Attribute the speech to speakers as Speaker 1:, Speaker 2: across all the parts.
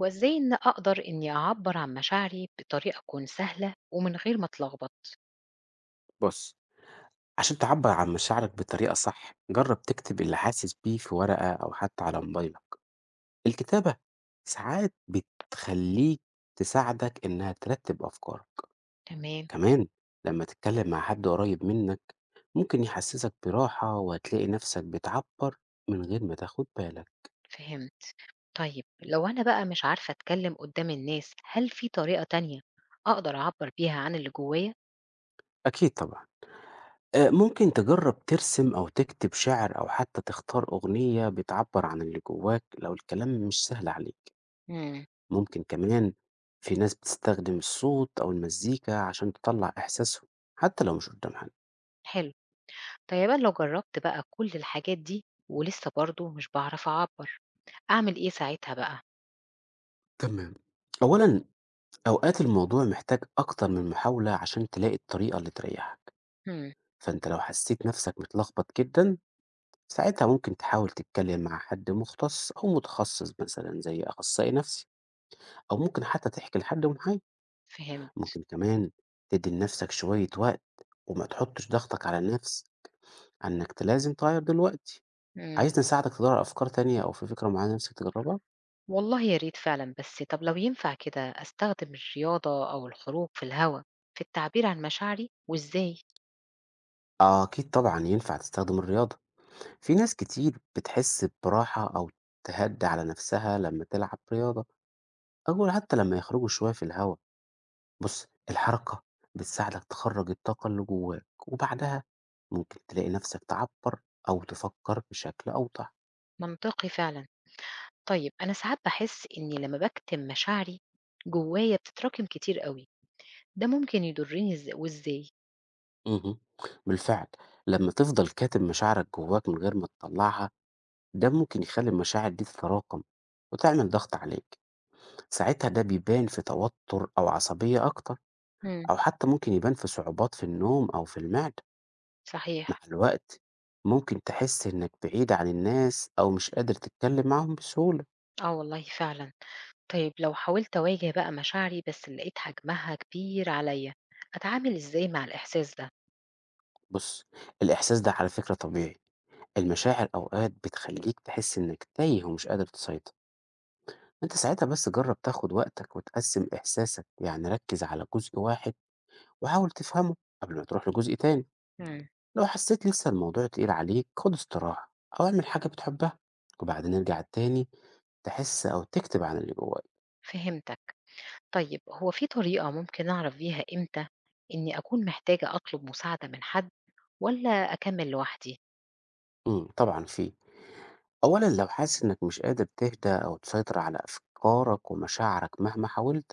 Speaker 1: هو إزاي إن أقدر إني أعبّر عن مشاعري بطريقة تكون سهلة ومن غير ما أتلخبط؟
Speaker 2: بُص، عشان تعبّر عن مشاعرك بطريقة صح، جرّب تكتب اللي حاسس بيه في ورقة أو حتى على موبايلك. الكتابة ساعات بتخلّيك تساعدك إنها ترتّب أفكارك.
Speaker 1: تمام،
Speaker 2: كمان لمّا تتكلّم مع حد قريب منّك، ممكن يحسّسك براحة وهتلاقي نَفْسك بتعبّر من غير ما تاخُد بالك.
Speaker 1: فهمت. طيب لو أنا بقى مش عارفة أتكلّم قدّام الناس، هل في طريقة تانية أقدر أعبّر بيها عن اللي جوّايا؟
Speaker 2: أكيد طبعًا. ممكن تجرّب ترسم أو تكتب شِعر أو حتى تختار أغنية بتعبّر عن اللي جوّاك لو الكلام مش سهل عليك.
Speaker 1: إمم،
Speaker 2: ممكن كمان في ناس بتستخدم الصوت أو المزيكا عشان تطلع إحساسهم حتى لو مش قدام حد.
Speaker 1: حلو. طيب أنا لو جرّبت بقى كل الحاجات دي ولسه برضه مش باعرف أعبّر، أعمل إيه ساعتها بقى؟
Speaker 2: تمام. أولا، أوقات الموضوع محتاج أكتر من محاولة عشان تلاقي الطريقة اللي تريحك.
Speaker 1: إمم،
Speaker 2: فأنت لو حسيت نفسك متلخبط جدا، ساعتها ممكن تحاول تتكلم مع حد مختص أو متخصص مثلا زي أخصائي نفسي، أو ممكن حتى تحكي لحد محايد.
Speaker 1: فهمت.
Speaker 2: ممكن كمان تدي لنفسك شوية وقت وما تحطش ضغطك على النفس أنك لازم تغير دلوقتي.
Speaker 1: إمم،
Speaker 2: عايزني أساعدك تدوّر على أفكار تانية أو في فكرة معينة نِفْسك تجرّبها؟
Speaker 1: والله يا ريت فعلًا، بس طب لو ينفع كده أستخدم الرياضة أو الخروج في الهوا في التعبير عن مشاعري وإزاي؟
Speaker 2: آه، أكيد طبعًا ينفع تستخدم الرياضة. في ناس كتير بتحس براحة أو تهدّي على نَفْسها لمّا تلعب رياضة أو حتّى لمّا يخرجوا شوية في الهوا. بُص، الحركة بتساعدك تخرّج الطاقة اللي جوّاك وبعدها ممكن تلاقي نَفْسك تعبّر أو تفكّر بشكل أوضح.
Speaker 1: منطقي فعلا. طيب أنا ساعات بحس إني لما بكتم مشاعري جوايا بتتراكم كتير قوي، ده ممكن يضرني إز- وإزاي؟
Speaker 2: اهم، بالفعل، لمّا تفضل كاتم مشاعرك جوّاك من غير ما تطلّعها، ده ممكن يخلّي المشاعر دي تتراكم وتعمل ضغط عليك. ساعتها ده بيبان في توتر أو عصبية أكتر،
Speaker 1: مم.
Speaker 2: أو حتى ممكن يبان في صعوبات في النوم أو في المعدة. مع
Speaker 1: صحيح.
Speaker 2: الوقت، ممكن تحس إنك بعيد عن الناس أو مش قادر تتكلم معاهم بسهولة.
Speaker 1: اه والله فعلا. طيب لو حاولت أواجه بقى مشاعري بس لقيت حجمها كبير عليا، أتعامل إزاي مع الإحساس ده؟
Speaker 2: بص، الإحساس ده على فكرة طبيعي. المشاعر أوقات بتخليك تحس إنك تايه ومش قادر تسيطر. أنت ساعتها بس جرب تاخد وقتك وتقسم إحساسك، يعني ركز على جزء واحد وحاول تفهمه قبل ما تروح لجزء تاني.
Speaker 1: مم.
Speaker 2: لو حسيت لسه الموضوع تقيل عليك، خد استراحة أو اعمل حاجة بتحبها وبعدين ارجع تاني تحس أو تكتب عن اللي جواك.
Speaker 1: فهمتك. طيب هو في طريقة ممكن أعرف بيها إمتى إني أكون محتاجة أطلب مساعدة من حد، ولا أكمل لوحدي؟
Speaker 2: طبعا فيه. أولا، لو حاسس إنك مش قادر تهدى أو تسيطر على أفكارك ومشاعرك مهما حاولت،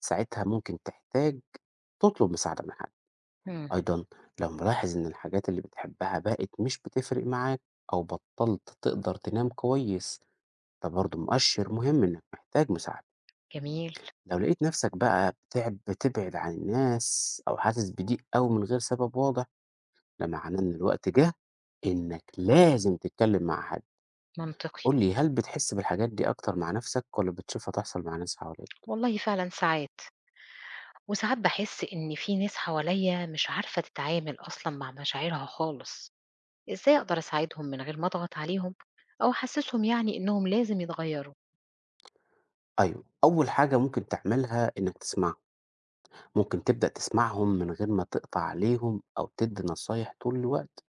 Speaker 2: ساعتها ممكن تحتاج تطلب مساعدة من حد.
Speaker 1: مم.
Speaker 2: أيضا، لو ملاحظ إن الحاجات اللي بتحبها بقت مش بتفرق معاك أو بطلت تقدر تنام كويس، ده برضه مؤشر مهم إنك محتاج مساعدة.
Speaker 1: جميل.
Speaker 2: لو لقيت نفسك بقى بتعب بتبعد عن الناس أو حاسس بضيق أوي من غير سبب واضح، ده معناه إن الوقت جه إنك لازم تتكلم مع حد.
Speaker 1: منطقي.
Speaker 2: قُل لي، هل بتحس بالحاجات دي أكتر مع نفسك والّا بتشوفها تحصل مع ناس حواليك؟
Speaker 1: والله فعلا ساعات، وساعات باحس إن في ناس حواليّا مش عارفة تتعامل أصلًا مع مشاعرها خالص، إزاي أقدر أساعدهم من غير ما أضغط عليهم أو أحسسهم يعني إنهم لازم يتغيروا؟
Speaker 2: أيوه، أول حاجة ممكن تعملها إنك تسمعهم، ممكن تبدأ تسمعهم من غير ما تقطع عليهم أو تدّي نصايح طول الوقت.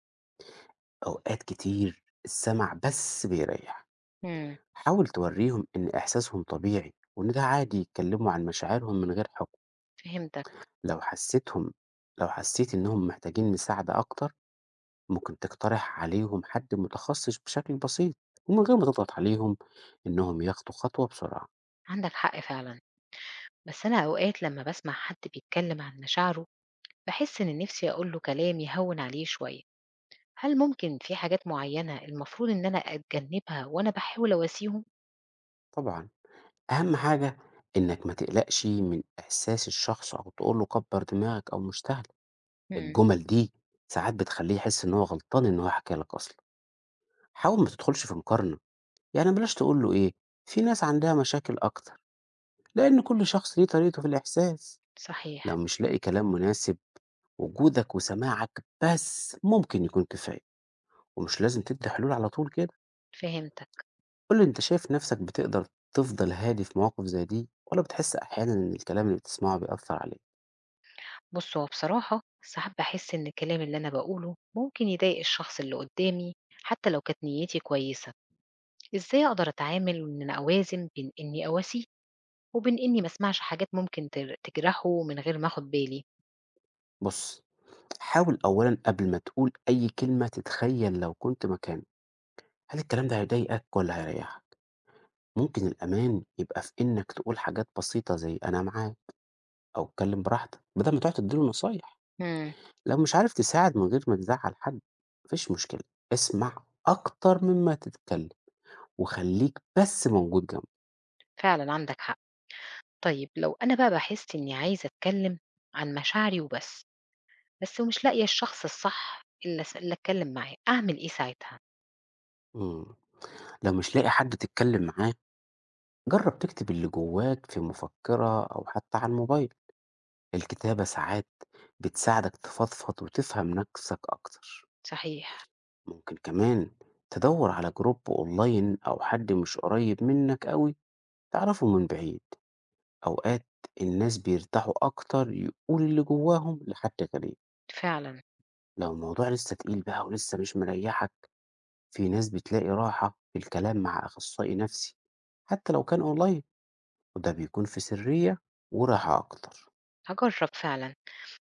Speaker 2: أوقات كتير السمع بس بيريح.
Speaker 1: إمم،
Speaker 2: حاول توريهم إن إحساسهم طبيعي وإن ده عادي يتكلموا عن مشاعرهم من غير حُكم.
Speaker 1: فهمتك،
Speaker 2: لو حسيتهم لو حسيت إنهم محتاجين مساعدة أكتر، ممكن تقترح عليهم حد متخصص بشكل بسيط ومن غير ما تضغط عليهم إنهم ياخدوا خطوة بسرعة.
Speaker 1: عندك حق فعلًا، بس أنا أوقات لمّا باسمع حد بيتكلم عن مشاعره باحس إن نفسي أقول له كلام يهوّن عليه شوية، هل ممكن في حاجات معيّنة المفروض إن أنا أتجنبها وأنا باحاول أواسيهم؟
Speaker 2: طبعا، أهم حاجة إنك ما تقلقش من إحساس الشخص أو تقول له كبر دماغك أو مستهل.
Speaker 1: إمم،
Speaker 2: الجمل دي ساعات بتخليه يحس إن هو غلطان إن هو حكى لك أصلا. حاول ما تدخلش في مقارنة، يعني بلاش تقول له إيه، في ناس عندها مشاكل أكتر، لأن كل شخص ليه طريقته في الإحساس.
Speaker 1: صحيح،
Speaker 2: لو مش لاقي كلام مناسب، وجودك وسماعك بس ممكن يكون كفاية، ومش لازم تدي حلول على طول كده.
Speaker 1: فهمتك.
Speaker 2: قول لي، انت شايف نفسك بتقدر تفضل هادي في مواقف زي دي ولا بتحس احيانا ان الكلام اللي بتسمعه بيأثر عليك؟
Speaker 1: بُص، هو بصراحة ساعات باحس إن الكلام اللي أنا باقوله ممكن يضايق الشخص اللي قدّامي حتى لو كانت نيّتي كويسة، إزاي أقدر أتعامل وإن أنا أوازن بين إني أواسيه وبين إني ما اسمعش حاجات ممكن تجرحه من غير ما آخُد بالي؟
Speaker 2: بص، حاول اولا قبل ما تقول اي كلمة تتخيل لو كنت مكانه، هل الكلام ده هيضايقك ولا هيريحك؟ ممكن الامان يبقى في انك تقول حاجات بسيطة زي انا معاك او اتكلم براحتك، بدل ما تقعد تديله نصايح.
Speaker 1: إمم،
Speaker 2: لو مش عارف تساعد من غير ما تزعل حد، مفيش مشكلة. اسمع اكتر مما تتكلم وخلّيك بس موجود جنبه.
Speaker 1: فعلًا عندك حق. طيب لو أنا بقى باحس إني عايزة أتكلم عن مشاعري وبس، بس ومش لاقية الشخص الصح اللي أتكلم معاه، أعمل إيه ساعتها؟
Speaker 2: إمم، لو مش لاقي حد تتكلم معاه، جرّب تكتب اللي جواك في مفكرة أو حتى على الموبايل. الكتابة ساعات بتساعدك تفضفض وتفهم نَفْسك أكتر.
Speaker 1: صحيح،
Speaker 2: ممكن كمان تدوّر على جروب أونلاين أو حد مش قريب منك أوي تعرفه من بعيد. أوقات الناس بيرتاحوا أكتر يقولوا اللي جواهم لحد غريب.
Speaker 1: فعلًا،
Speaker 2: لو الموضوع لسه تقيل بقى ولسه مش مريّحك، في ناس بتلاقي راحة في الكلام مع أخصائي نفسي حتى لو كان أونلاين، وده بيكون في سرية وراحة أكتر.
Speaker 1: هاجرّب فعلًا.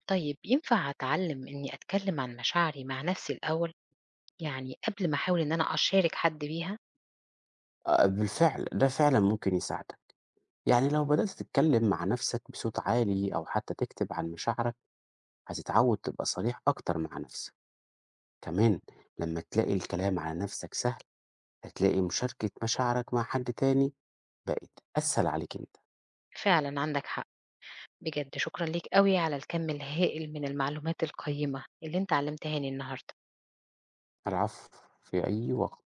Speaker 1: طيب ينفع أتعلم إني أتكلم عن مشاعري مع نفسي الأول، يعني قبل ما أحاول إن أنا أشارك حد بيها؟
Speaker 2: آه، بالفعل ده فعلا ممكن يساعدك. يعني لو بدأت تتكلم مع نفسك بصوت عالي أو حتى تكتب عن مشاعرك، هتتعود تبقى صريح أكتر مع نفسك. كمان لما تلاقي الكلام على نفسك سهل، هتلاقي مشاركة مشاعرك مع حد تاني بقت أسهل عليك أنت.
Speaker 1: فعلا عندك حق. بجد شكرا ليك قوي على الكم الهائل من المعلومات القيمة اللي أنت علمتهاني النهاردة.
Speaker 2: العفو. في أي وقت.